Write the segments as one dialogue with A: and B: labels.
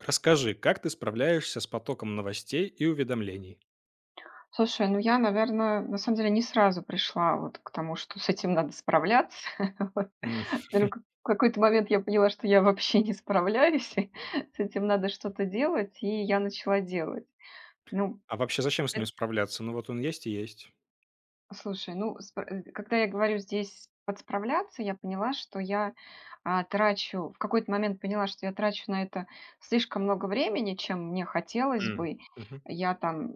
A: Расскажи, как ты справляешься с потоком новостей и уведомлений?
B: Слушай, я, наверное, на самом деле не сразу пришла вот к тому, что с этим надо справляться. Вот.
A: М.
B: Наверно, к в какой-то момент я поняла, что я вообще не справляюсь, и с этим надо что-то делать, и я начала делать. Ну,
A: А вообще зачем с
B: эт
A: ним справляться? Ну вот он есть и есть.
B: Слушай, ну, когда я говорю здесь подсправляться, я поняла, что я, а, трачу в какой-то момент поняла, что я трачу на это слишком много времени, чем мне хотелось
A: М,
B: бы.
A: мгм.
B: Я там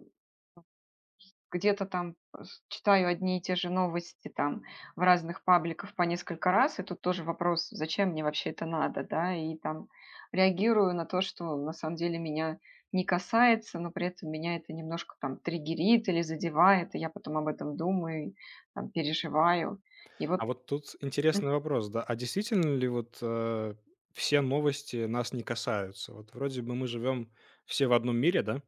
B: где-то там э, с читаю одни и те же новости там в разных пабликах по несколько раз, и тут тоже вопрос, зачем мне вообще это надо, да, и там реагирую на то, что на самом деле меня не касается, но при этом меня это немножко там триггерит или задевает, и я потом об этом думаю, там переживаю. И вот
A: А вот тут
B: мгм,
A: интересный вопрос, да. А действительно ли вот, все новости нас не касаются? Вот вроде бы мы живем все в одном мире, да?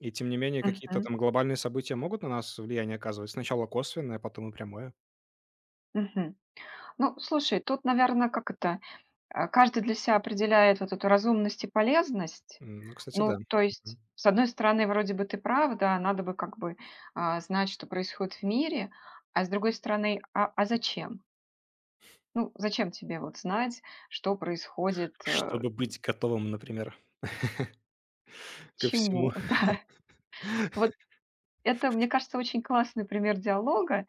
A: И тем не менее какие-то
B: мгм,
A: там глобальные события могут на нас влияние оказывать? Сначала косвенное, а потом и прямое.
B: мгм. Ну, слушай, тут, наверное, как это, каждый для себя определяет вот эту разумность и полезность.
A: М, ну, кстати, да.
B: Ну, то есть,
A: Мгм.
B: с одной стороны, вроде бы ты прав, да, надо бы как бы, знать, что происходит в мире, а с другой стороны, а зачем? Ну, зачем тебе вот знать, что происходит,
A: Чтобы быть готовым, например, ко всему.
B: чему, да? Вот это, мне кажется, очень классный пример диалога.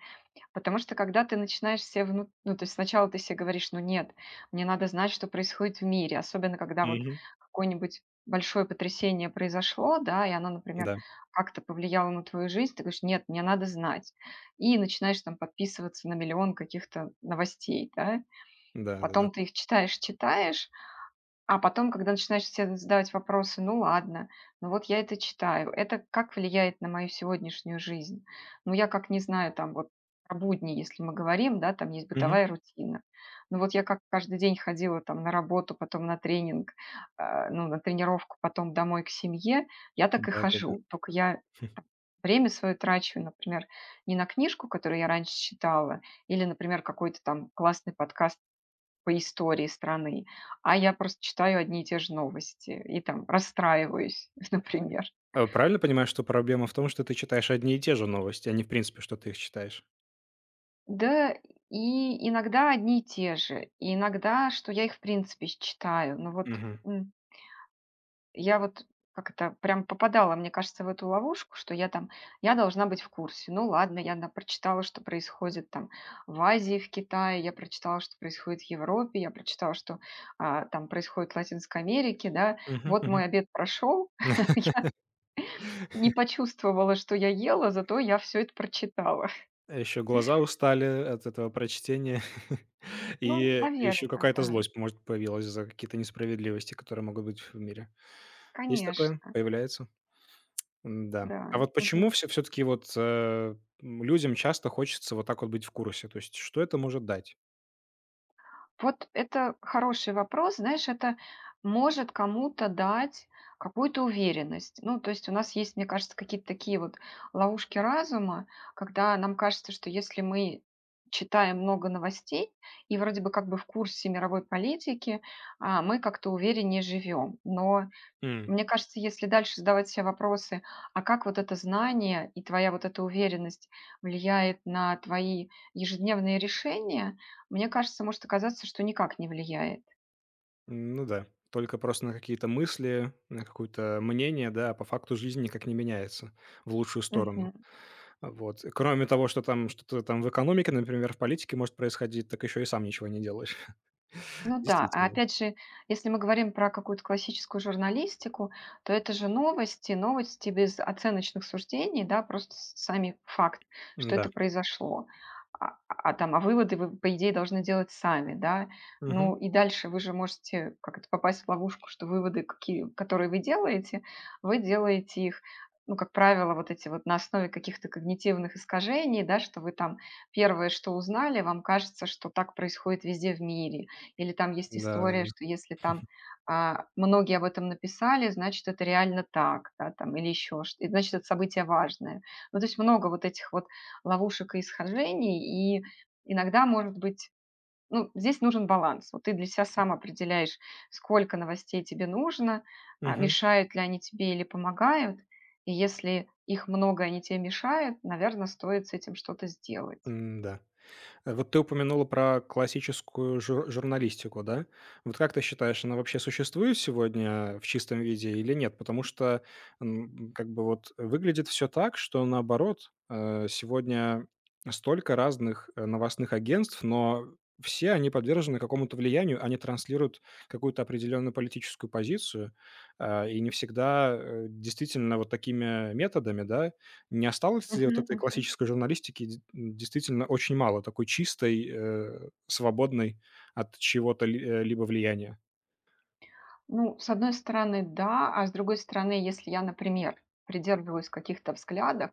B: Потому что когда ты начинаешь то есть сначала ты себе говоришь: "Ну нет, мне надо знать, что происходит в мире". Особенно когда вот
A: Мгм.
B: какое-нибудь большое потрясение произошло, да, и оно, например,
A: Да,
B: как-то повлияло на твою жизнь. Ты говоришь: "Нет, мне надо знать". И начинаешь там подписываться на миллион каких-то новостей, да. Потом
A: да-да-да.
B: ты их читаешь, а потом, когда начинаешь себе задавать вопросы: "Ну ладно, ну вот я это читаю, это как влияет на мою сегодняшнюю жизнь?" Ну, я как не знаю, там вот про будни, если мы говорим, да, там есть бытовая рутина. Ну вот я как каждый день ходила там на работу, потом на тренинг, ну, на тренировку, потом домой к семье, я так и
A: Да-да-да.
B: хожу. Только я
A: Хм.
B: время свое трачу, например, не на книжку, которую я раньше читала, или, например, какой-то там классный подкаст по истории страны, а я просто читаю одни и те же новости и там расстраиваюсь, например.
A: А правильно понимаю, что проблема в том, что ты читаешь одни и те же новости, а не в принципе, что ты их читаешь?
B: Да, и иногда одни и те же, и иногда, что я их в принципе читаю.
A: Мгм.
B: Я вот как это прям попадала, мне кажется, в эту ловушку, что я там, я должна быть в курсе. Ну ладно, прочитала, что происходит там в Азии, в Китае, я прочитала, что происходит в Европе, я прочитала, что там происходит в Латинской Америке, да.
A: Мгм,
B: Вот
A: мгм.
B: мой обед прошел. Не почувствовала, что я ела, зато я все это прочитала.
A: А еще глаза устали от этого прочтения,
B: Ну,
A: и
B: наверное,
A: еще какая-то
B: да.
A: злость, может, появилась за какие-то несправедливости, которые могут быть в мире. Есть такое?
B: Конечно,
A: Появляется? Да. А
B: да.
A: вот почему
B: Мгм.
A: все-таки вот, людям часто хочется вот так вот быть в курсе? То есть что это может дать?
B: Вот это хороший вопрос. Знаешь, это может кому-то дать какую-то уверенность. Ну, то есть у нас есть, мне кажется, какие-то такие вот ловушки разума, когда нам кажется, что если мы читаем много новостей и вроде бы как бы в курсе мировой политики, мы как-то увереннее живем. Но мне кажется, если дальше задавать себе вопросы, а как вот это знание и твоя вот эта уверенность влияет на твои ежедневные решения, мне кажется, может оказаться, что никак не влияет.
A: М, ну да, только просто на какие-то мысли, на какое-то мнение, да, а по факту жизнь никак не меняется в лучшую сторону.
B: Мгм.
A: А вот. Кроме того, что там что-то там в экономике, например, в политике может происходить, так еще и сам ничего не делаешь.
B: Ну да, а
A: Действительно.
B: опять же, если мы говорим про какую-то классическую журналистику, то это же новости, новости без оценочных суждений, да, просто сами факт, что
A: Да.
B: это произошло. А выводы вы, по идее, должны делать сами, да.
A: Да,
B: Ну и дальше вы же можете как это попасть в ловушку, что выводы, какие, которые вы делаете их, ну, как правило, вот эти вот на основе каких-то когнитивных искажений, да, что вы там первое, что узнали, вам кажется, что так происходит везде в мире. Или там есть
A: да.
B: история,
A: Да.
B: что если там многие об этом написали, значит, это реально так, да, там, или еще что значит, это событие важное. Ну, то есть много вот этих вот ловушек и исхожений. И иногда, может быть, ну, здесь нужен баланс. Вот ты для себя сам определяешь, сколько новостей тебе нужно,
A: Мгм.
B: мешают ли они тебе или помогают. И если их много, и они тебе мешают, наверное, стоит с этим что-то сделать.
A: М-да. Вот ты упомянула про классическую журналистику, да? Вот как ты считаешь, она вообще существует сегодня в чистом виде или нет? Потому что как бы вот выглядит все так, что наоборот, сегодня столько разных новостных агентств, но все они подвержены какому-то влиянию, они транслируют какую-то определенную политическую позицию, и не всегда действительно вот такими методами, да, не осталось ли вот
B: Мгм.
A: этой классической журналистики д действительно очень мало, такой чистой, свободной от чего-то либо влияния?
B: Ну, с одной стороны, да, а с другой стороны, если я, например, придерживаюсь каких-то взглядов,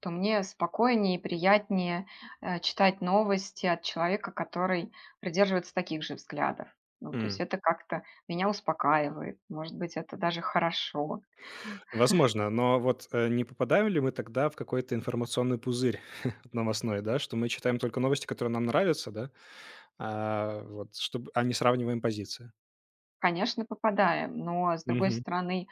B: то мне спокойнее и приятнее читать новости от человека, который придерживается таких же взглядов. Ну, то есть
A: М,
B: это как-то меня успокаивает, может быть, это даже хорошо.
A: возможно, но вот, не попадаем ли мы тогда в какой-то информационный пузырь новостной, да, что мы читаем только новости, которые нам нравятся, да, а, вот, чтоб а не сравниваем позиции?
B: Конечно, попадаем, но с другой
A: Мгм.
B: стороны,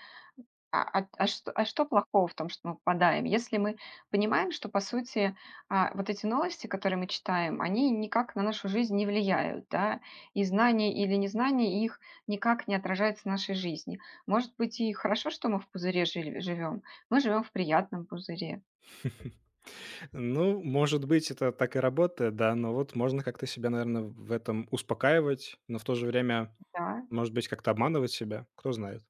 B: а что плохого в том, что мы попадаем? Если мы понимаем, что, по сути, вот эти новости, которые мы читаем, они никак на нашу жизнь не влияют, да, и знание или незнание их никак не отражается в нашей жизни. Может быть, и хорошо, что мы в пузыре жили живем. Мы живем в приятном пузыре.
A: Ну, может быть, это так и работает, да, но вот можно как-то себя, наверное, в этом успокаивать, но в то же время,
B: Да,
A: может быть, как-то обманывать себя, кто знает.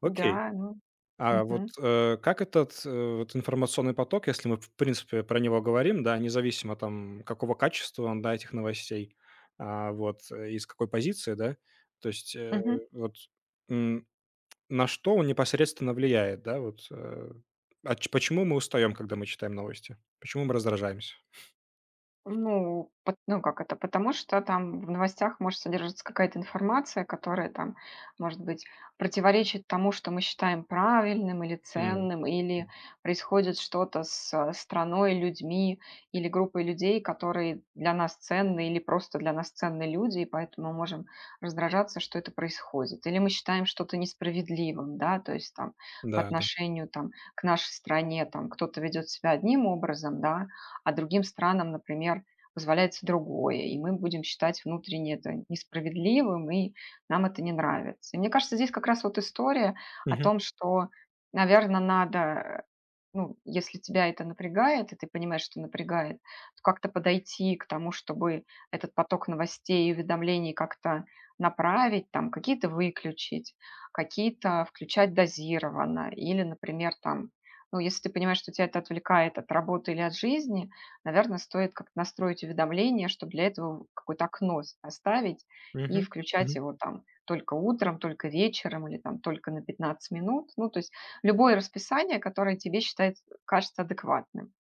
A: Окей.
B: да, ну,
A: А вот
B: мгм,
A: как этот вот информационный поток, если мы, в принципе, про него говорим, да, независимо там, какого качества он, да, этих новостей, вот, из какой позиции, да, то есть
B: мгм.
A: вот, м, на что он непосредственно влияет, да, вот а почему мы устаем, когда мы читаем новости, почему мы раздражаемся?
B: Ну, пот ну, как это, потому что там в новостях может содержаться какая-то информация, которая там, может быть, противоречит тому, что мы считаем правильным или
A: М.
B: ценным, или
A: М.
B: происходит что-то с страной, людьми или группой людей, которые для нас ценны или просто для нас ценны люди, и поэтому мы можем раздражаться, что это происходит. Или мы считаем что-то несправедливым, да, то есть там по
A: Да, да.
B: отношению там, к нашей стране там кто-то ведет себя одним образом, да, а другим странам, например, позволяется другое, и мы будем считать внутренне это несправедливым, и нам это не нравится. И мне кажется, здесь как раз вот история о
A: Мгм.
B: том, что, наверное, надо ну, если тебя это напрягает, и ты понимаешь, что напрягает, то как-то подойти к тому, чтобы этот поток новостей и уведомлений как-то направить, там какие-то выключить, какие-то включать дозированно. Или, например, там, ну, если ты понимаешь, что тебя это отвлекает от работы или от жизни, наверное, стоит как-то настроить уведомление, чтобы для этого какое-то окно оставить и
A: Мгм.
B: включать
A: Мгм.
B: его там только утром, только вечером или там только на 15 минут. Ну, то есть любое расписание, которое тебе считается кажется адекватным.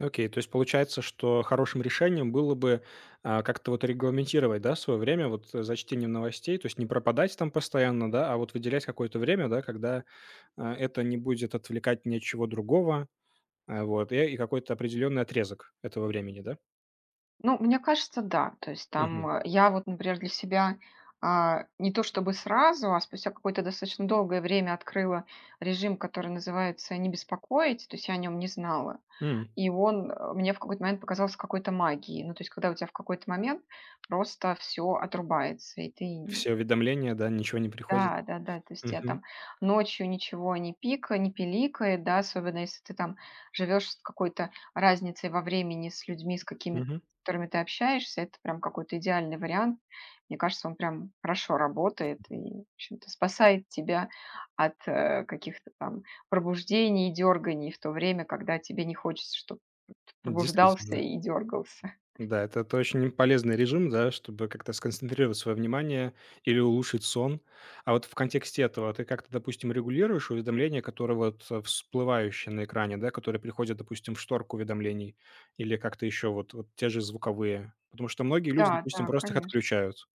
A: Окей, то есть получается, что хорошим решением было бы, как-то вот регламентировать, да, свое время вот, за чтением новостей, то есть не пропадать там постоянно, да, а вот выделять какое-то время, да, когда, это не будет отвлекать ни от чего другого, вот, и какой-то определенный отрезок этого времени, да?
B: Ну, мне кажется, да. То есть там,
A: Мгм.
B: я вот, например, для себя, не то чтобы сразу, а спустя какое-то достаточно долгое время открыла режим, который называется "не беспокоить", то есть я о нем не знала.
A: М.
B: И он, мне в какой-то момент показался какой-то магией. Ну, то есть когда у тебя в какой-то момент просто все отрубается, и ты
A: Все уведомления, да, ничего не приходит.
B: да, да-да, то есть я
A: Мгм.
B: там ночью ничего не пика не пиликает, да, особенно если ты там живешь с какой-то разницей во времени с людьми,
A: Мгм.
B: с которыми ты общаешься, это прям какой-то идеальный вариант. Мне кажется, он прям хорошо работает и, в общем-то, спасает тебя от каких-то там пробуждений и дерганий в то время, когда тебе не хочется, чтобы ты пробуждался
A: Действительно.
B: и дергался.
A: Да, это очень полезный режим, да, чтобы как-то сконцентрировать свое внимание или улучшить сон. А вот в контексте этого ты как-то, допустим, регулируешь уведомления, которые вот всплывающие на экране, да, которые приходят, допустим, в шторку уведомлений или как-то еще вот те же звуковые? Потому что многие люди,
B: Да,
A: допустим,
B: да,
A: просто их
B: конечно.
A: отключают.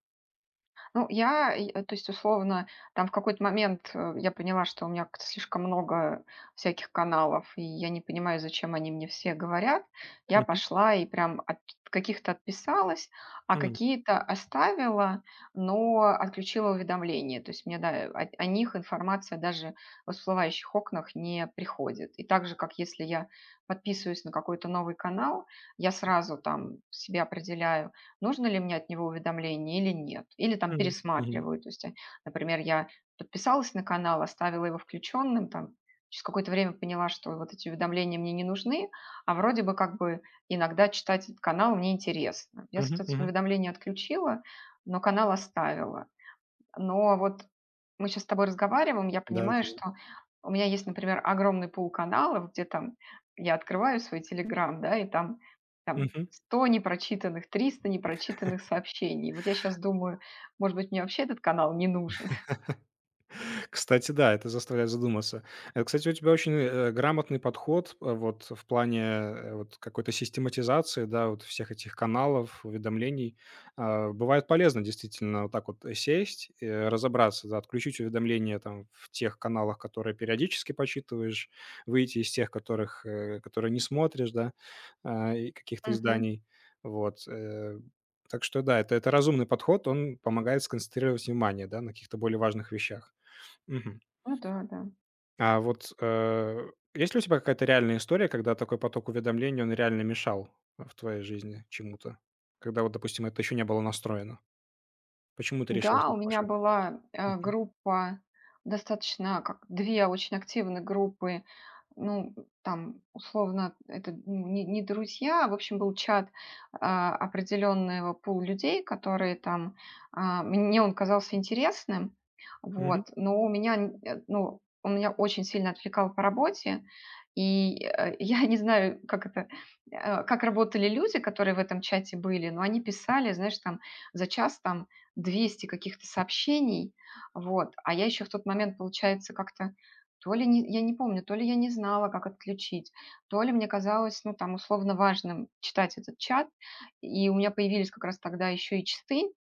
B: То есть, условно, там в какой-то момент я поняла, что у меня как-то слишком много всяких каналов, и я не понимаю, зачем они мне все говорят. Я
A: Мгм.
B: пошла и прям от каких-то отписалась, а
A: М.
B: какие-то оставила, но отключила уведомления. То есть мне о них информация даже в всплывающих окнах не приходит. И так же, как если я подписываюсь на какой-то новый канал, я сразу там себе определяю, нужно ли мне от него уведомление или нет. Или там
A: Мгм. Мгм.
B: пересматриваю. То есть, например, я подписалась на канал, оставила его включенным, там, через какое-то время поняла, что вот эти уведомления мне не нужны, а вроде бы как бы иногда читать этот канал мне интересно. Я,
A: Мгм.
B: соответственно,
A: Мгм.
B: уведомления отключила, но канал оставила. Но вот мы сейчас с тобой разговариваем, я
A: Да, да,
B: понимаю, что
A: да.
B: у меня есть, например, огромный пул каналов, где там я открываю свой "Телеграм", да, и там
A: Мгм.
B: 100 непрочитанных, 300 непрочитанных сообщений. Вот я сейчас думаю, может быть, мне вообще этот канал не нужен.
A: Кстати, да, это заставляет задуматься. Кстати, у тебя очень грамотный подход вот в плане вот какой-то систематизации, да, вот всех этих каналов, уведомлений. А, бывает полезно действительно вот так вот сесть, разобраться, да, отключить уведомления там в тех каналах, которые периодически почитываешь, выйти из тех, которые не смотришь, да, а, и каких-то
B: Мгм.
A: изданий. Вот. Так что да, это разумный подход, он помогает сконцентрировать внимание, да, на каких-то более важных вещах. Мгм.
B: Ну да, да.
A: А вот, есть ли у тебя какая-то реальная история, когда такой поток уведомлений, он реально мешал в твоей жизни чему-то? Когда вот, допустим, это еще не было настроено. Почему ты решилась
B: Да,
A: на
B: у
A: такой
B: меня
A: шаг?
B: была,
A: Мгм.
B: группа, достаточно как 2 очень активные группы. Ну, там, условно, это, ну, не друзья, а, в общем, был чат, определенного пула людей, которые там, мне он казался интересным.
A: Мгм.
B: Вот, но у меня, ну, он меня очень сильно отвлекал по работе, и, я не знаю, как это, как работали люди, которые в этом чате были, но они писали, знаешь, там за час там 200 каких-то сообщений, вот. А я еще в тот момент, получается, как-то то ли не, я не помню, то ли я не знала, как отключить, то ли мне казалось, ну, там, условно важным читать этот чат, и у меня появились как раз тогда еще и часы,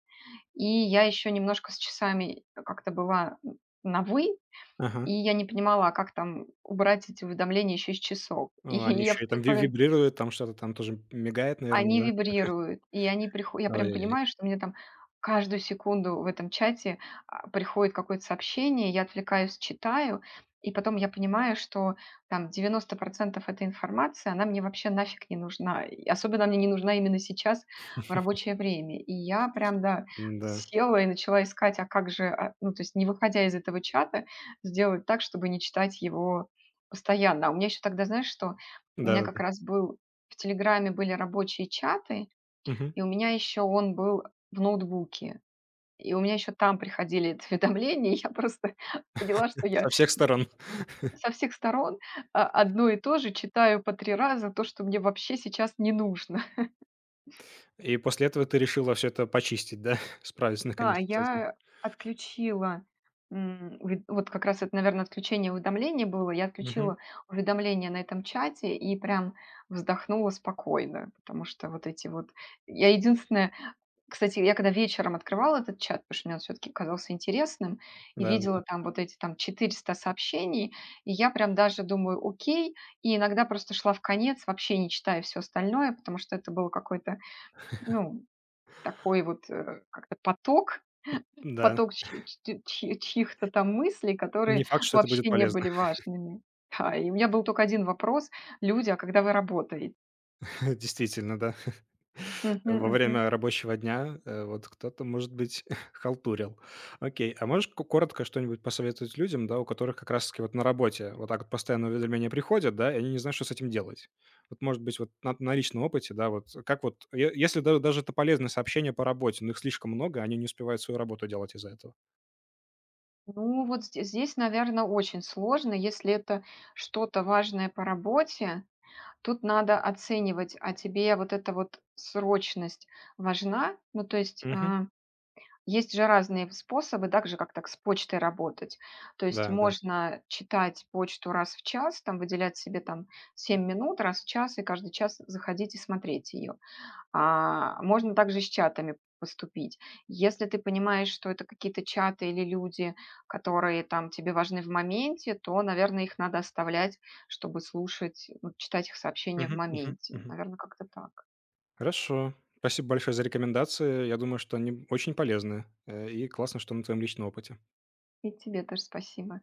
B: и я еще немножко с часами как-то была на «вы»,
A: Ага.
B: и я не понимала, а как там убрать эти уведомления еще из часов. И
A: О, они
B: я в
A: еще и
B: какой-то
A: там ви
B: момент
A: вибрируют, там что-то там тоже мигает, наверное,
B: они
A: да?
B: вибрируют, и они прихо я прям
A: Ой-ой-ой.
B: понимаю, что мне там каждую секунду в этом чате, приходит какое-то сообщение, я отвлекаюсь, читаю, и потом я понимаю, что там 90% этой информации, она мне вообще нафиг не нужна. И особенно мне не нужна именно сейчас в рабочее время. И я прям, да,
A: Да, да.
B: села и начала искать, а как же, ну, то есть не выходя из этого чата, сделать так, чтобы не читать его постоянно. А у меня еще тогда, знаешь что? У меня как
A: Да-да-да.
B: раз был в "Телеграме" были рабочие чаты,
A: Мгм.
B: и у меня еще он был в ноутбуке. И у меня еще там приходили эти уведомления. Я просто поняла, что
A: Со
B: я
A: всех сторон.
B: со всех сторон, одно и то же читаю по 3 раза, то, что мне вообще сейчас не нужно.
A: И после этого ты решила все это почистить, да? Справиться
B: Да,
A: наконец-то с этим.
B: я отключила, м, уве вот как раз это, наверное, отключение уведомлений было. Я
A: Мгм.
B: отключила уведомления на этом чате и прям вздохнула спокойно, потому что вот эти вот я единственное, кстати, я когда вечером открывала этот чат, потому что мне он все таки казался интересным, и
A: Да, да.
B: видела там вот эти там 400 сообщений, и я прям даже думаю: "Окей". И иногда просто шла в конец, вообще не читая все остальное, потому что это был какой-то, ну, такой вот, как-то поток,
A: Да.
B: поток чь чь чь чьих-то там мыслей,
A: Не
B: которые
A: факт, что это будет
B: вообще не
A: полезно.
B: были важными. Да, и у меня был только один вопрос: "Люди, а когда вы работаете?"
A: Действительно, да.
B: Мгм,
A: Во
B: мгм.
A: время рабочего дня, вот кто-то, может быть, халтурил. Окей, а можешь ко коротко что-нибудь посоветовать людям, да, у которых как раз таки вот на работе вот так вот постоянно уведомления приходят, да, и они не знают, что с этим делать? Вот, может быть, вот на личном опыте, да, вот как вот, е если да даже это полезные сообщения по работе, но их слишком много, они не успевают свою работу делать из-за этого.
B: Ну, вот здесь, наверное, очень сложно. Если это что-то важное по работе, тут надо оценивать, а тебе вот эта вот срочность важна? Ну, то есть,
A: Мгм.
B: есть же разные способы, так же, как с почтой работать. То есть
A: Да, да.
B: можно читать почту раз в час, там выделять себе там 7 минут раз в час и каждый час заходить и смотреть ее. А, можно также с чатами поступить. Если ты понимаешь, что это какие-то чаты или люди, которые там тебе важны в моменте, то, наверное, их надо оставлять, чтобы слушать, ну, читать их сообщения в
A: Мгм, мгм,
B: моменте.
A: мгм.
B: Наверное, как-то так.
A: Хорошо. Спасибо большое за рекомендации. Я думаю, что они очень полезны, и классно, что на твоем личном опыте.
B: И тебе тоже спасибо.